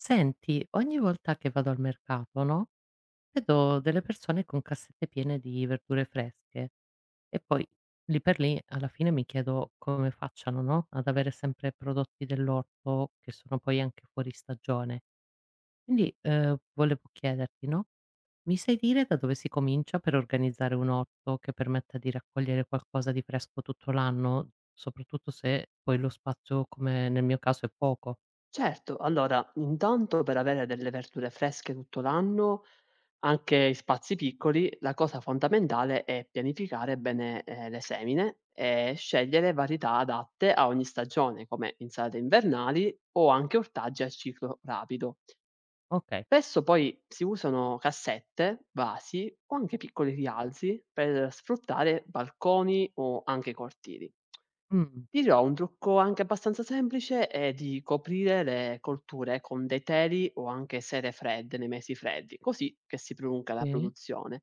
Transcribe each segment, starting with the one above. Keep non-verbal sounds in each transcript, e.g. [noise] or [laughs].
Senti, ogni volta che vado al mercato, no, vedo delle persone con cassette piene di verdure fresche e poi lì per lì alla fine mi chiedo come facciano, no, ad avere sempre prodotti dell'orto che sono poi anche fuori stagione. Quindi volevo chiederti, no, mi sai dire da dove si comincia per organizzare un orto che permetta di raccogliere qualcosa di fresco tutto l'anno, soprattutto se poi lo spazio, come nel mio caso, è poco? Certo, allora intanto per avere delle verdure fresche tutto l'anno, anche in spazi piccoli, la cosa fondamentale è pianificare bene, le semine e scegliere varietà adatte a ogni stagione, come insalate invernali o anche ortaggi a ciclo rapido. Ok. Spesso poi si usano cassette, vasi o anche piccoli rialzi per sfruttare balconi o anche cortili. Mm, Ti dirò, un trucco anche abbastanza semplice è di coprire le colture con dei teli o anche sere fredde nei mesi freddi, così che si prolunga la sì. produzione.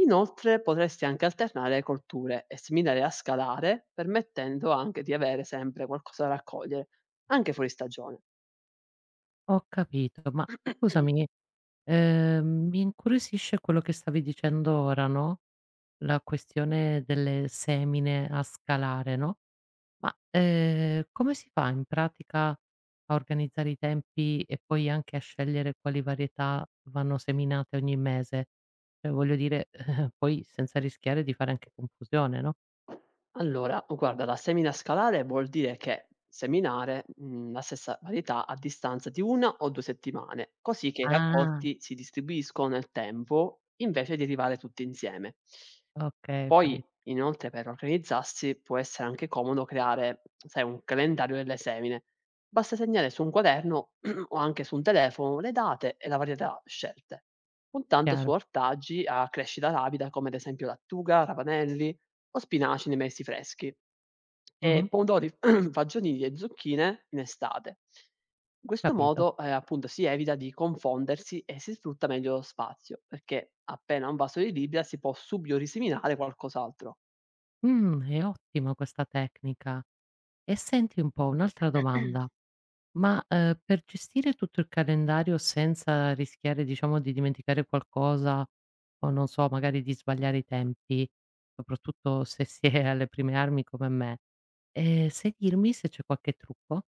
Inoltre potresti anche alternare colture e seminare a scalare, permettendo anche di avere sempre qualcosa da raccogliere, anche fuori stagione. Ho capito, ma scusami, mi incuriosisce quello che stavi dicendo ora, no, la questione delle semine a scalare, no, ma, come si fa in pratica a organizzare i tempi e poi anche a scegliere quali varietà vanno seminate ogni mese? Cioè voglio dire, [laughs] poi senza rischiare di fare anche confusione, no? Allora, guarda, la semina scalare vuol dire che seminare, la stessa varietà a distanza di 1 o 2 settimane, così che i Ah. raccolti si distribuiscono nel tempo invece di arrivare tutti insieme. Okay, ho Poi, capito, inoltre, per organizzarsi può essere anche comodo creare, sai, un calendario delle semine. Basta segnare su un quaderno [clears throat] o anche su un telefono le date e la varietà scelte, puntando su chiaro. ortaggi a crescita rapida come ad esempio lattuga, ravanelli o spinaci nei mesi freschi e Mh-mh, pomodori, [clears throat] fagiolini e zucchine in estate. In questo capito. modo, appunto, si evita di confondersi e si sfrutta meglio lo spazio, perché appena un vaso di libbra si può subito riseminare qualcos'altro. È ottima questa tecnica. E senti un po', un'altra domanda, ma, per gestire tutto il calendario senza rischiare, diciamo, di dimenticare qualcosa o non so, magari di sbagliare i tempi, soprattutto se si è alle prime armi come me, sai dirmi se c'è qualche trucco?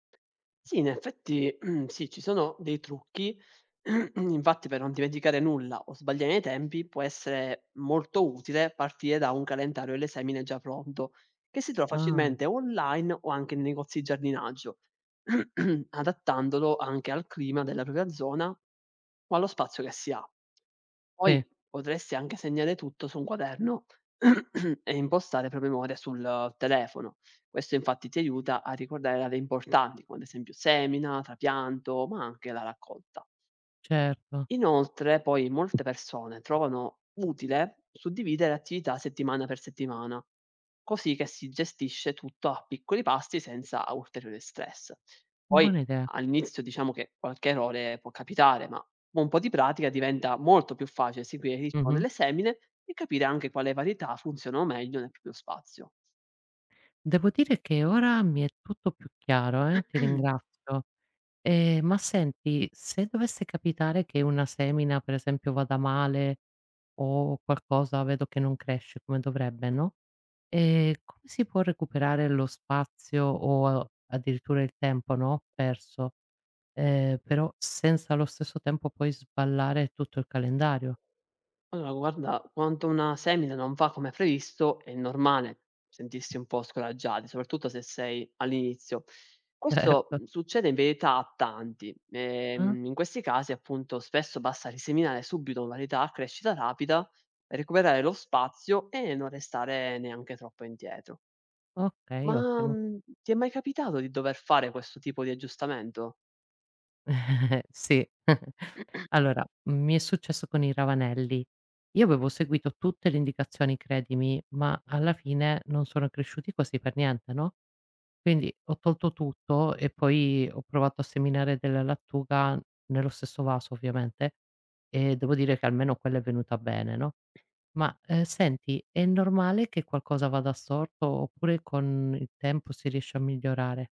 Sì, in effetti [clears throat] sì, ci sono dei trucchi, [clears throat] infatti per non dimenticare nulla o sbagliare i tempi può essere molto utile partire da un calendario delle semine già pronto, che si trova Ah, facilmente online o anche nei negozi di giardinaggio, [clears throat] adattandolo anche al clima della propria zona o allo spazio che si ha. sì, Poi potresti anche segnare tutto su un quaderno [clears throat] e impostare promemoria sul telefono. Questo infatti ti aiuta a ricordare aree importanti, come ad esempio semina, trapianto, ma anche la raccolta. certo, Inoltre, poi molte persone trovano utile suddividere attività settimana per settimana, così che si gestisce tutto a piccoli passi senza ulteriore stress. Poi buona idea. all'inizio diciamo che qualche errore può capitare, ma con un po' di pratica diventa molto più facile seguire il ritmo Mh-mh. delle semine e capire anche quale varietà funzionano meglio nel proprio spazio. Devo dire che ora mi è tutto più chiaro, ti [clears throat] ringrazio. Ma senti, se dovesse capitare che una semina, per esempio, vada male o qualcosa vedo che non cresce come dovrebbe, no, come si può recuperare lo spazio o a addirittura il tempo, no, perso, però senza allo stesso tempo poi sballare tutto il calendario? [laughs] Allora guarda, quando una semina non va come previsto è normale sentirsi un po' scoraggiati, soprattutto se sei all'inizio. Questo, Certo. Succede in verità a tanti. Ah, In questi casi appunto spesso basta riseminare subito varietà a crescita rapida, recuperare lo spazio e non restare neanche troppo indietro. okay, Ma, ottimo. mhmm, ti è mai capitato di dover fare questo tipo di aggiustamento? [laughs] Sì. [laughs] [clears throat] Allora, mi è successo con i ravanelli. Io avevo seguito tutte le indicazioni, credimi, ma alla fine non sono cresciuti quasi per niente, no, quindi ho tolto tutto e poi ho provato a seminare della lattuga nello stesso vaso ovviamente, e devo dire che almeno quella è venuta bene, no, ma, senti, è normale che qualcosa vada storto oppure con il tempo si riesce a migliorare?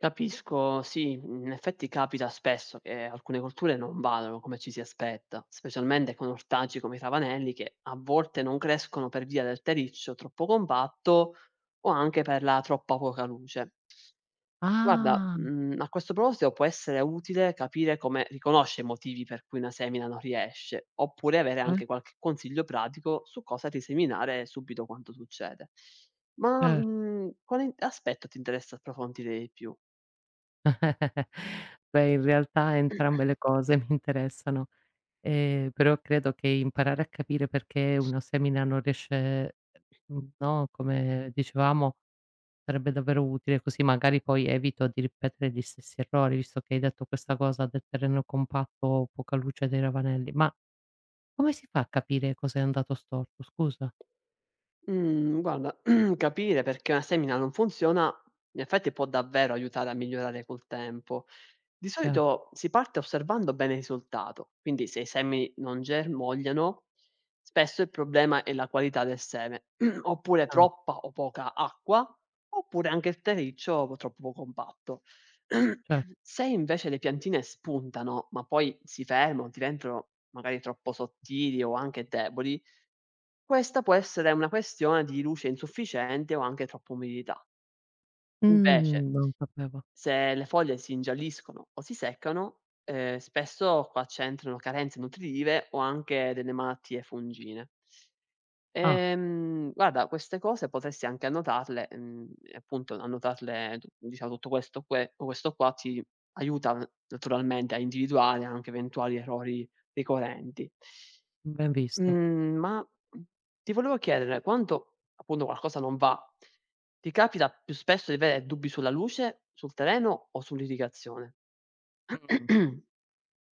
Capisco, sì, in effetti capita spesso che alcune colture non vadano come ci si aspetta, specialmente con ortaggi come i ravanelli che a volte non crescono per via del terriccio troppo compatto o anche per la troppa poca luce. Guarda, Ah, mm, a questo proposito può essere utile capire come riconosce i motivi per cui una semina non riesce, oppure avere eh, anche qualche consiglio pratico su cosa riseminare subito quando succede. Ma ce mm, quale aspetto ti interessa approfondire di più? [laughs] Beh, in realtà entrambe le cose [laughs] mi interessano, però credo che imparare a capire perché una semina non riesce no, come dicevamo, sarebbe davvero utile, così magari poi evito di ripetere gli stessi errori, visto che hai detto questa cosa del terreno compatto, poca luce dei ravanelli. Ma come si fa a capire cosa è andato storto, scusa? Mhmm, guarda, [clears throat] capire perché una semina non funziona, in effetti può davvero aiutare a migliorare col tempo. Di Chiaro. solito si parte osservando bene il risultato, quindi se i semi non germogliano, spesso il problema è la qualità del seme, [clears throat] oppure Ah, troppa o poca acqua, oppure anche il terriccio troppo compatto. cer [clears throat] Se invece le piantine spuntano, ma poi si fermano, diventano magari troppo sottili o anche deboli, questa può essere una questione di luce insufficiente o anche troppa umidità. Invece, mhmm, non sapevo. se le foglie si ingialliscono o si seccano, spesso qua c'entrano carenze nutritive o anche delle malattie fungine. Ah, Guarda, queste cose potresti anche annotarle, e appunto annotarle tu diciamo tutto questo questo qua ti aiuta naturalmente a individuare anche eventuali errori ricorrenti. ben visto. Mhmm, ma, mhmm, ti volevo chiedere, quando appunto qualcosa non va, ti capita più spesso di avere dubbi sulla luce, sul terreno o sull'irrigazione? Mh. [clears throat]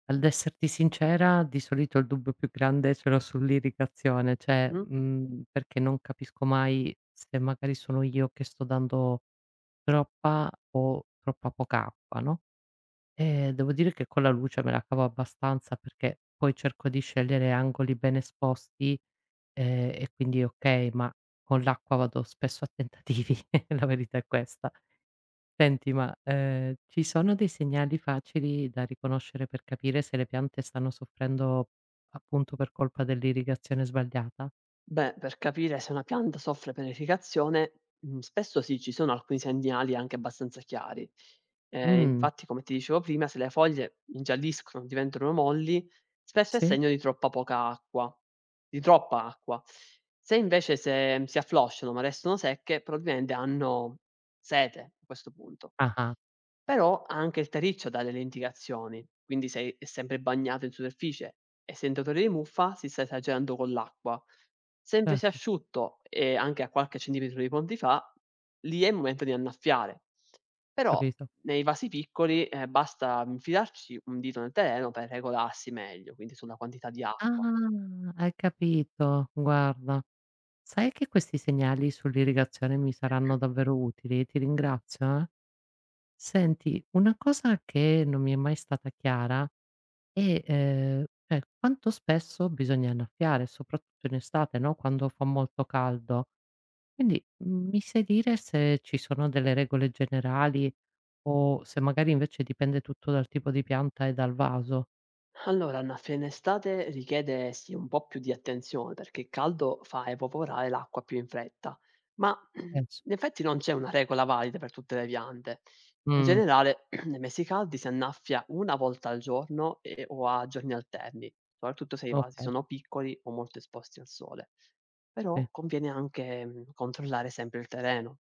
Ad esserti sincera, di solito il dubbio più grande ce l'ho sull'irrigazione, cioè, Mh. Perché non capisco mai se magari sono io che sto dando troppa o troppa poca acqua, no, devo dire che con la luce me la cavo abbastanza perché poi cerco di scegliere angoli ben esposti, e quindi okay, ma con l'acqua vado spesso a tentativi, [laughs] la verità è questa. Senti, ma, ci sono dei segnali facili da riconoscere per capire se le piante stanno soffrendo, appunto, per colpa dell'irrigazione sbagliata? Beh, per capire se una pianta soffre per irrigazione, spesso sì, ci sono alcuni segnali anche abbastanza chiari. Ehm, Mh, infatti come ti dicevo prima, se le foglie ingialliscono, diventano molli, spesso è sì. segno di troppa acqua. Se invece se si afflosciano, ma restano secche, probabilmente hanno sete a questo punto. Ah-ah, Però anche il terriccio dà delle indicazioni, quindi se è sempre bagnato in superficie e sente odore di muffa si sta esagerando con l'acqua. Se invece è certo, asciutto e anche a qualche centimetro di profondità, lì è il momento di annaffiare. Però capito. nei vasi piccoli, basta infilarci un dito nel terreno per regolarsi meglio, quindi sulla quantità di Ah, acqua. hai capito. Guarda, sai che questi segnali sull'irrigazione mi saranno davvero utili? Ti ringrazio, eh. Senti, una cosa che non mi è mai stata chiara. E, cioè quanto spesso bisogna annaffiare, soprattutto in estate, no, quando fa molto caldo. Quindi, mi sai dire se ci sono delle regole generali o se magari invece dipende tutto dal tipo di pianta e dal vaso? Allora, una finestate richiede sì un po' più di attenzione perché il caldo fa evaporare l'acqua più in fretta, ma [clears throat] in Penso. effetti non c'è una regola valida per tutte le piante. In Mh, generale, [clears throat] nei mesi caldi si annaffia una volta al giorno o a giorni alterni, soprattutto se i vasi okay, sono piccoli o molto esposti al sole. Però sì, conviene anche mm, controllare sempre il terreno.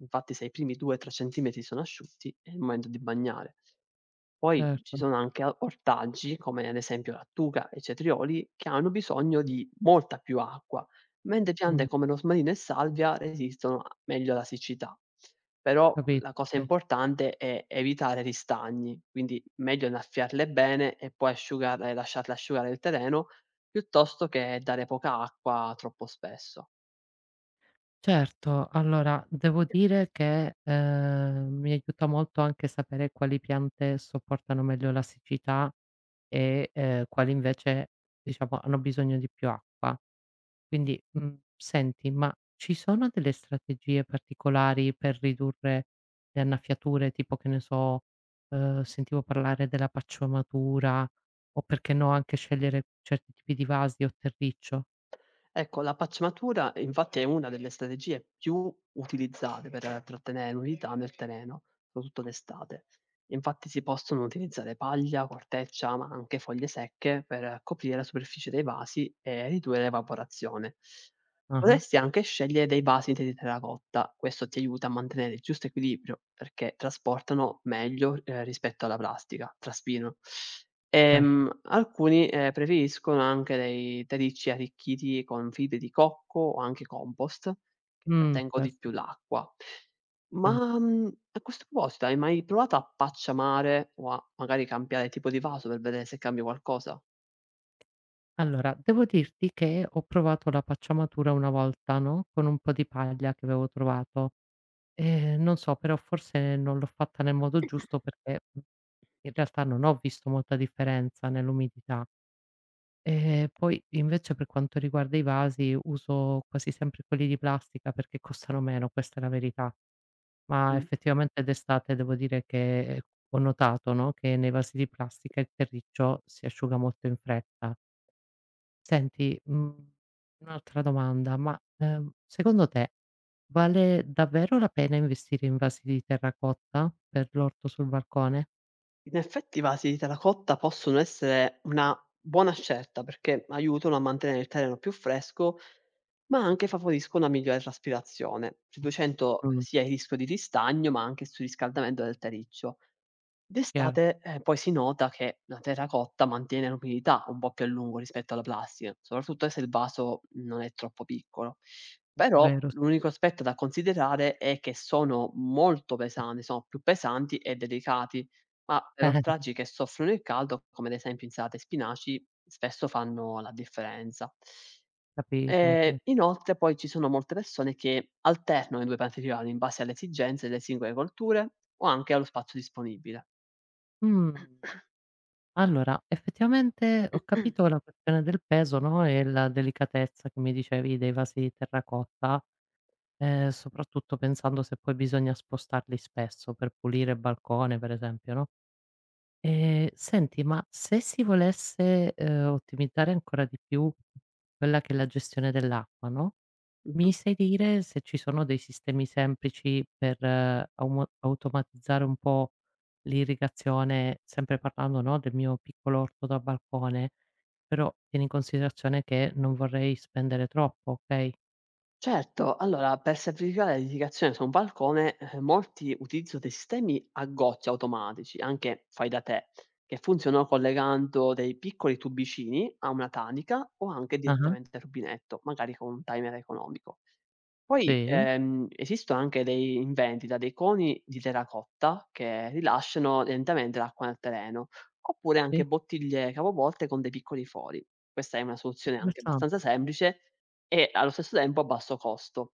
Infatti, se i primi 2-3 cm sono asciutti, è il momento di bagnare. Poi ci certo. sono anche a ortaggi, come ad esempio lattuga e cetrioli, che hanno bisogno di molta più acqua, mentre Mh, piante come rosmarino e salvia resistono a meglio alla siccità. Però capito, la cosa sì. importante è evitare ristagni, quindi meglio innaffiarle bene e poi asciugare lasciarle asciugare il terreno, piuttosto che dare poca acqua troppo spesso. Certo, allora devo dire che, mi aiuta molto anche sapere quali piante sopportano meglio la siccità e, quali invece diciamo hanno bisogno di più acqua. Quindi, senti, ma ci sono delle strategie particolari per ridurre le annaffiature, tipo che ne so, sentivo parlare della paciomatura o perché no anche scegliere certi tipi di vasi o terriccio? Ecco, la pacciamatura infatti è una delle strategie più utilizzate per trattenere l'umidità nel terreno, soprattutto d'estate. Infatti si possono utilizzare paglia, corteccia, ma anche foglie secche per coprire la superficie dei vasi e ridurre l'evaporazione. Ah-ah, Potresti anche scegliere dei vasi di terracotta, questo ti aiuta a mantenere il giusto equilibrio perché trasportano meglio rispetto alla plastica, traspirano. certo. Alcuni preferiscono anche dei terricci arricchiti con fibre di cocco o anche compost, che trattengo di Questo più l'acqua. sì. A questo proposito, hai mai provato a pacciamare o a magari cambiare tipo di vaso per vedere se cambia qualcosa? Allora, devo dirti che ho provato la pacciamatura una volta, no, con un po' di paglia che avevo trovato. Non so, però forse non l'ho fatta nel modo giusto [clears throat] perché, in realtà non ho visto molta differenza nell'umidità. Poi invece per quanto riguarda i vasi uso quasi sempre quelli di plastica perché costano meno, questa è la verità. Ma Mm. effettivamente d'estate devo dire che, ho notato, no, che nei vasi di plastica il terriccio si asciuga molto in fretta. Senti, un'altra domanda, ma, secondo te vale davvero la pena investire in vasi di terracotta per l'orto sul balcone? In effetti i vasi di terracotta possono essere una buona scelta perché aiutano a mantenere il terreno più fresco, ma anche favoriscono una migliore traspirazione, riducendo Mh, sia il rischio di ristagno, ma anche il surriscaldamento del terriccio. chiaro, D'estate poi si nota che la terracotta mantiene l'umidità un po' più a lungo rispetto alla plastica, soprattutto se il vaso non è troppo piccolo. Però vero, s l'unico aspetto da considerare è che sono molto pesanti, sono più pesanti e delicati, ma per [laughs] ortaggi che soffrono il caldo, come ad esempio insalate e spinaci, spesso fanno la differenza. capito, Ehm, sì. inoltre poi ci sono molte persone che alternano i 2 materiali in base alle esigenze delle singole colture o anche allo spazio disponibile. Mh. Allora, effettivamente ho capito la questione del peso, no, e la delicatezza che mi dicevi dei vasi di terracotta, soprattutto pensando se poi bisogna spostarli spesso per pulire il balcone, per esempio, no? Senti, ma se si volesse, ottimizzare ancora di più quella che è la gestione dell'acqua, no, Mh-mh. mi sai dire se ci sono dei sistemi semplici per aumo automatizzare un po' l'irrigazione, sempre parlando, no, del mio piccolo orto da balcone, però tieni in considerazione che non vorrei spendere troppo, okay? Certo, allora per semplificare l'edificazione su un balcone, molti utilizzano dei sistemi a goccia automatici, anche fai da te, che funzionano collegando dei piccoli tubicini a una tanica o anche Ah-ah, direttamente al rubinetto, magari con un timer economico. Poi, sì, ehm, esistono anche dei in vendita dei coni di terracotta che rilasciano lentamente l'acqua nel terreno, oppure anche sì, bottiglie capovolte con dei piccoli fori. Questa è una soluzione anche interessante. abbastanza semplice e allo stesso tempo a basso costo.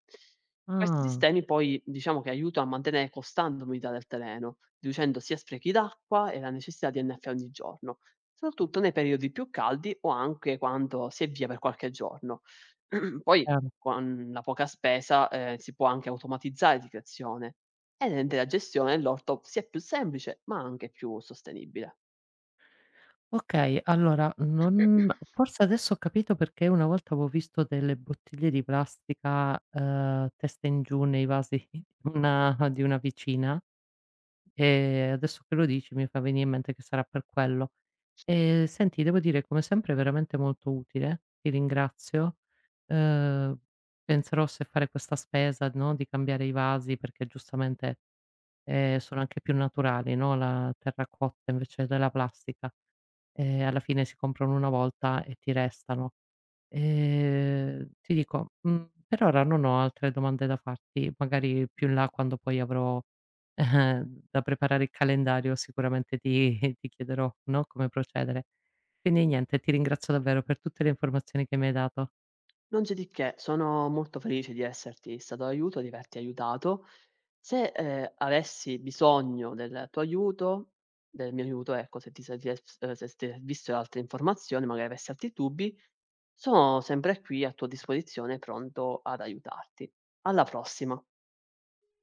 Questi Ah, sistemi poi diciamo che aiutano a mantenere costante l'umidità del terreno, riducendo sia sprechi d'acqua e la necessità di annaffiare ogni giorno, mh, soprattutto nei periodi più caldi o anche quando si è via per qualche giorno. [clears throat] Poi chiaro. con la poca spesa, si può anche automatizzare di creazione e rende la gestione dell'orto sia più semplice, ma anche più sostenibile. Okay, allora non forse adesso ho capito perché una volta avevo visto delle bottiglie di plastica, testa in giù nei vasi [laughs] di una vicina. Adesso che lo dici mi fa venire in mente che sarà per quello. Senti devo dire come sempre veramente molto utile, ti ringrazio. Ehm, Penserò se fare questa spesa, no, di cambiare i vasi perché giustamente sono anche più naturali, no, la terracotta invece della plastica. Alla fine si comprano una volta e ti restano. Ti dico, per ora non ho altre domande da farti, magari più in là quando poi avrò [laughs] eh, da preparare il calendario sicuramente ti [laughs] ti chiederò, no, come procedere. Quindi niente, ti ringrazio davvero per tutte le informazioni che mi hai dato. Non c'è di che, sono molto felice di esserti stato d'aiuto, di averti aiutato. Se avessi bisogno del mio aiuto, ecco, se ti servissero altre informazioni, magari avessi altri dubbi, sono sempre qui a tua disposizione, pronto ad aiutarti. Alla prossima.